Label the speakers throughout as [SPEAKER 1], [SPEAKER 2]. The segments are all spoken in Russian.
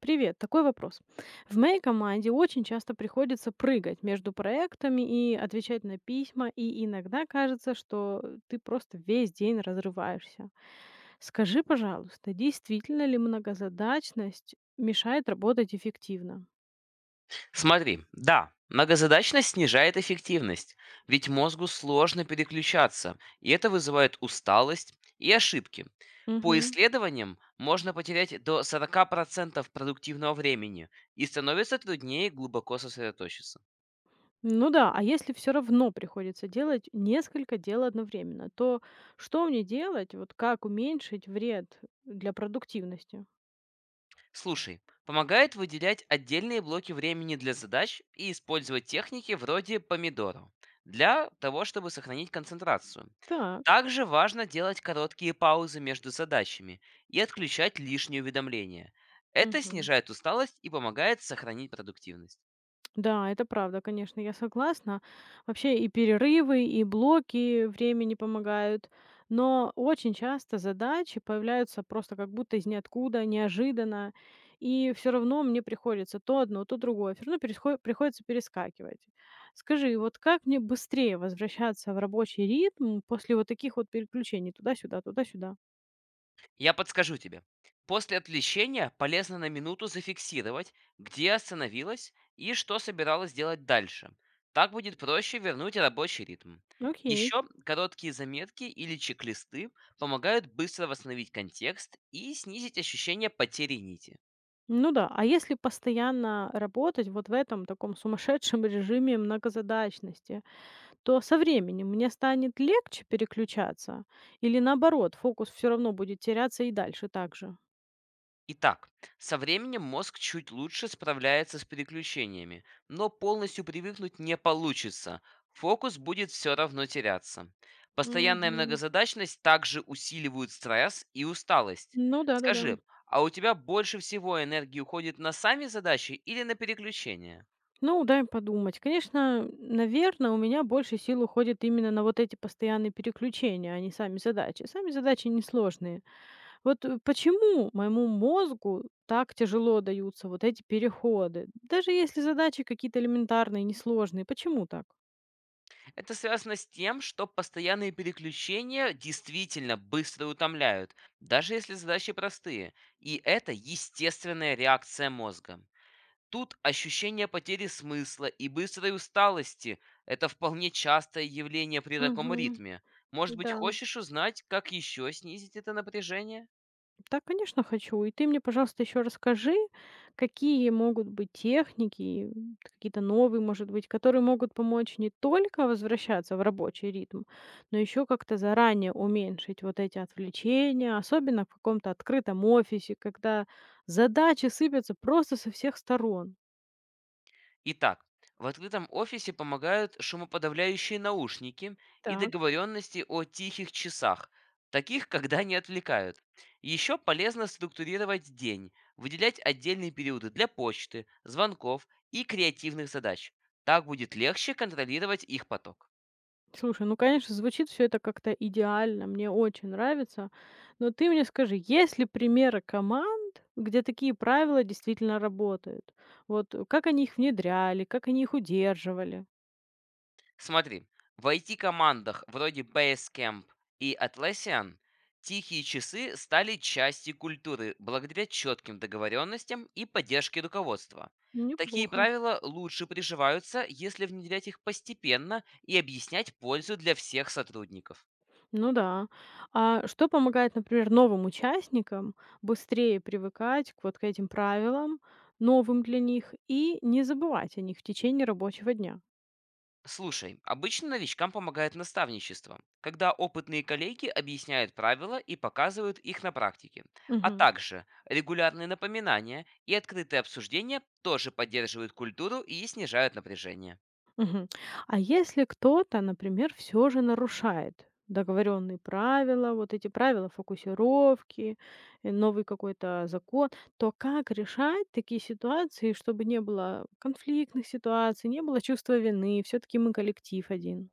[SPEAKER 1] Привет, такой вопрос. В моей команде очень часто приходится прыгать между проектами и отвечать на письма, и иногда кажется, что ты просто весь день разрываешься. Скажи, пожалуйста, действительно ли многозадачность мешает работать эффективно?
[SPEAKER 2] Смотри, да, многозадачность снижает эффективность, ведь мозгу сложно переключаться, и это вызывает усталость и ошибки. По
[SPEAKER 1] Мгм.
[SPEAKER 2] исследованиям можно потерять до 40% продуктивного времени и становится труднее глубоко сосредоточиться.
[SPEAKER 1] Ну да, а если все равно приходится делать несколько дел одновременно, то что мне делать? Вот как уменьшить вред для продуктивности?
[SPEAKER 2] Слушай, помогает выделять отдельные блоки времени для задач и использовать техники вроде помидора для того, чтобы сохранить концентрацию.
[SPEAKER 1] Так.
[SPEAKER 2] Также важно делать короткие паузы между задачами и отключать лишние уведомления. Это
[SPEAKER 1] Мгм.
[SPEAKER 2] снижает усталость и помогает сохранить продуктивность.
[SPEAKER 1] Да, это правда, конечно, я согласна. Вообще и перерывы, и блоки времени помогают. Но очень часто задачи появляются просто как будто из ниоткуда, неожиданно. И все равно мне приходится то одно, то другое. Все равно приходится перескакивать. Скажи, вот как мне быстрее возвращаться в рабочий ритм после вот таких вот переключений туда-сюда, туда-сюда?
[SPEAKER 2] Я подскажу тебе. После отвлечения полезно на минуту зафиксировать, где остановилась и что собиралась делать дальше. Так будет проще вернуть рабочий ритм.
[SPEAKER 1] Окей.
[SPEAKER 2] Еще короткие заметки или чек-листы помогают быстро восстановить контекст и снизить ощущение потери нити.
[SPEAKER 1] Ну да, а если постоянно работать вот в этом таком сумасшедшем режиме многозадачности, то со временем мне станет легче переключаться или наоборот, фокус все равно будет теряться и дальше также.
[SPEAKER 2] Итак, со временем мозг чуть лучше справляется с переключениями, но полностью привыкнуть не получится. Фокус будет все равно теряться. Постоянная
[SPEAKER 1] Мгм.
[SPEAKER 2] многозадачность также усиливает стресс и усталость.
[SPEAKER 1] Ну да-да-да.
[SPEAKER 2] Скажи, а у тебя больше всего энергии уходит на сами задачи или на переключения?
[SPEAKER 1] Ну, дай подумать. Конечно, наверное, у меня больше сил уходит именно на вот эти постоянные переключения, а не сами задачи. Сами задачи несложные. Вот, почему моему мозгу так тяжело даются вот эти переходы? Даже если задачи какие-то элементарные, несложные, почему так?
[SPEAKER 2] Это связано с тем, что постоянные переключения действительно быстро утомляют, даже если задачи простые. И это естественная реакция мозга. Тут ощущение потери смысла и быстрой усталости– это вполне частое явление при таком
[SPEAKER 1] Мгм.
[SPEAKER 2] ритме. Может быть,
[SPEAKER 1] Да.
[SPEAKER 2] хочешь узнать, как еще снизить это напряжение?
[SPEAKER 1] Да, конечно, хочу. И ты мне, пожалуйста, еще расскажи, какие могут быть техники, какие-то новые, может быть, которые могут помочь не только возвращаться в рабочий ритм, но еще как-то заранее уменьшить вот эти отвлечения, особенно в каком-то открытом офисе, когда задачи сыпятся просто со всех сторон.
[SPEAKER 2] Итак, в открытом офисе помогают шумоподавляющие наушники и
[SPEAKER 1] Так.
[SPEAKER 2] договоренности о тихих часах, таких, когда не отвлекают. Еще полезно структурировать день, выделять отдельные периоды для почты, звонков и креативных задач. Так будет легче контролировать их поток.
[SPEAKER 1] Слушай, ну, конечно, звучит все это как-то идеально, мне очень нравится. Но ты мне скажи, есть ли примеры команд, где такие правила действительно работают? Вот, как они их внедряли, как они их удерживали?
[SPEAKER 2] Смотри, в IT-командах вроде Basecamp и Atlassian тихие часы стали частью культуры благодаря четким договоренностям и поддержке руководства. Такие
[SPEAKER 1] Неплохо.
[SPEAKER 2] правила лучше приживаются, если внедрять их постепенно и объяснять пользу для всех сотрудников.
[SPEAKER 1] Ну да. А что помогает, например, новым участникам быстрее привыкать к вот к этим правилам, новым для них, и не забывать о них в течение рабочего дня?
[SPEAKER 2] Слушай, обычно новичкам помогает наставничество, когда опытные коллеги объясняют правила и показывают их на практике. А
[SPEAKER 1] Мгм.
[SPEAKER 2] также регулярные напоминания и открытые обсуждения тоже поддерживают культуру и снижают напряжение.
[SPEAKER 1] Мгм. А если кто-то, например, все же нарушает договоренные правила, вот эти правила фокусировки, новый какой-то закон, то как решать такие ситуации, чтобы не было конфликтных ситуаций, не было чувства вины? Все таки мы коллектив один.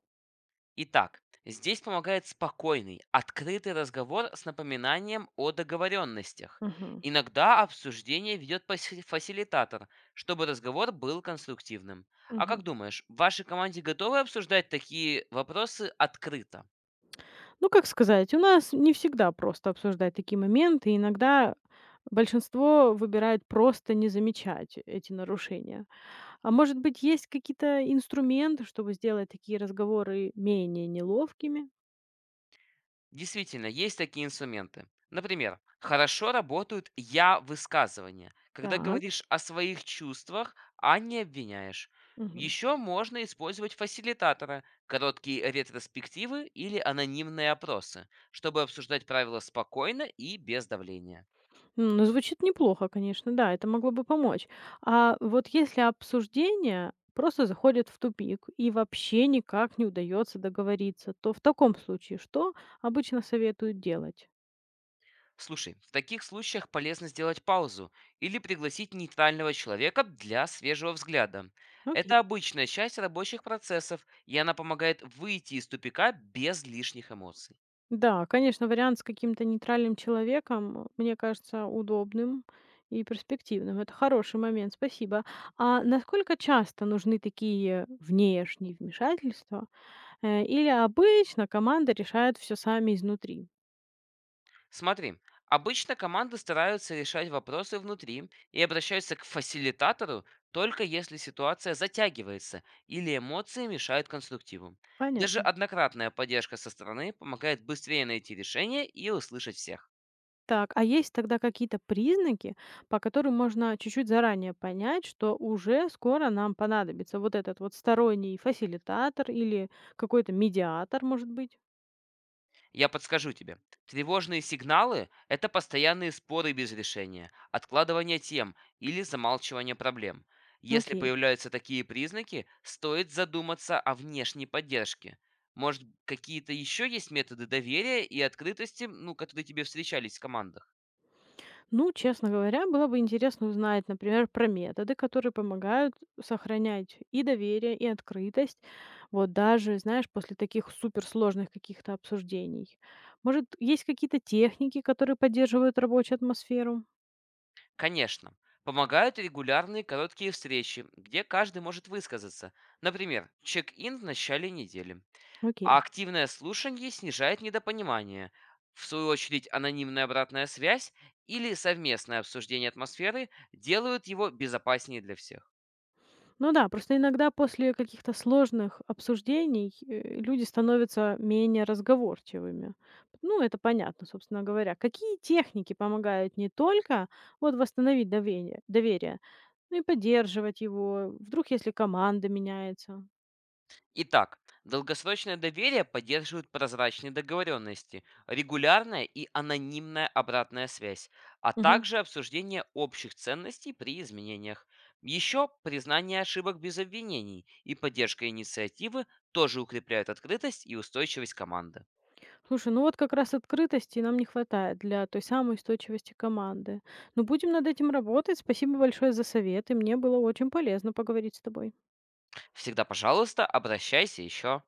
[SPEAKER 2] Итак, здесь помогает спокойный, открытый разговор с напоминанием о договоренностях.
[SPEAKER 1] Мгм.
[SPEAKER 2] Иногда обсуждение ведет фасилитатор, чтобы разговор был конструктивным. А как
[SPEAKER 1] Мгм.
[SPEAKER 2] думаешь, в вашей команде готовы обсуждать такие вопросы открыто?
[SPEAKER 1] Ну, как сказать, у нас не всегда просто обсуждать такие моменты. Иногда большинство выбирает просто не замечать эти нарушения. А может быть, есть какие-то инструменты, чтобы сделать такие разговоры менее неловкими?
[SPEAKER 2] Действительно, есть такие инструменты. Например, хорошо работают «я-высказывания», когда
[SPEAKER 1] Так.
[SPEAKER 2] говоришь о своих чувствах, а не обвиняешь.
[SPEAKER 1] Мгм.
[SPEAKER 2] Еще можно использовать фасилитатора, короткие ретроспективы или анонимные опросы, чтобы обсуждать правила спокойно и без давления.
[SPEAKER 1] Ну, звучит неплохо, конечно, да, это могло бы помочь. А вот если обсуждение просто заходит в тупик и вообще никак не удается договориться, то в таком случае что обычно советуют делать?
[SPEAKER 2] Слушай, в таких случаях полезно сделать паузу или пригласить нейтрального человека для свежего взгляда.
[SPEAKER 1] Окей.
[SPEAKER 2] Это обычная часть рабочих процессов, и она помогает выйти из тупика без лишних эмоций.
[SPEAKER 1] Да, конечно, вариант с каким-то нейтральным человеком, мне кажется, удобным и перспективным. Это хороший момент, спасибо. А насколько часто нужны такие внешние вмешательства? Или обычно команда решает все сами изнутри?
[SPEAKER 2] Смотри, обычно команды стараются решать вопросы внутри и обращаются к фасилитатору только если ситуация затягивается или эмоции мешают конструктиву. Даже
[SPEAKER 1] Понятно.
[SPEAKER 2] однократная поддержка со стороны помогает быстрее найти решение и услышать всех.
[SPEAKER 1] Так, а есть тогда какие-то признаки, по которым можно чуть-чуть заранее понять, что уже скоро нам понадобится вот этот вот сторонний фасилитатор или какой-то медиатор, может быть?
[SPEAKER 2] Я подскажу тебе. Тревожные сигналы– это постоянные споры без решения, откладывание тем или замалчивание проблем. Если
[SPEAKER 1] Окей.
[SPEAKER 2] появляются такие признаки, стоит задуматься о внешней поддержке. Может, какие-то еще есть методы доверия и открытости, ну, которые тебе встречались в командах?
[SPEAKER 1] Ну, честно говоря, было бы интересно узнать, например, про методы, которые помогают сохранять и доверие, и открытость. Вот даже, знаешь, после таких суперсложных каких-то обсуждений. Может, есть какие-то техники, которые поддерживают рабочую атмосферу?
[SPEAKER 2] Конечно. Помогают регулярные короткие встречи, где каждый может высказаться. Например, чек-ин в начале недели. А
[SPEAKER 1] Окей.
[SPEAKER 2] активное слушание снижает недопонимание. В свою очередь, анонимная обратная связь или совместное обсуждение атмосферы делают его безопаснее для всех.
[SPEAKER 1] Ну да, просто иногда после каких-то сложных обсуждений люди становятся менее разговорчивыми. Ну, это понятно, собственно говоря. Какие техники помогают не только вот восстановить доверие, ну и поддерживать его, вдруг если команда меняется.
[SPEAKER 2] Итак, долгосрочное доверие поддерживает прозрачные договоренности, регулярная и анонимная обратная связь, а
[SPEAKER 1] Мгм.
[SPEAKER 2] также обсуждение общих ценностей при изменениях. Еще признание ошибок без обвинений и поддержка инициативы тоже укрепляют открытость и устойчивость команды.
[SPEAKER 1] Слушай, ну вот как раз открытости нам не хватает для той самой устойчивости команды. Но будем над этим работать. Спасибо большое за советы. Мне было очень полезно поговорить с тобой.
[SPEAKER 2] Всегда, пожалуйста, обращайся еще.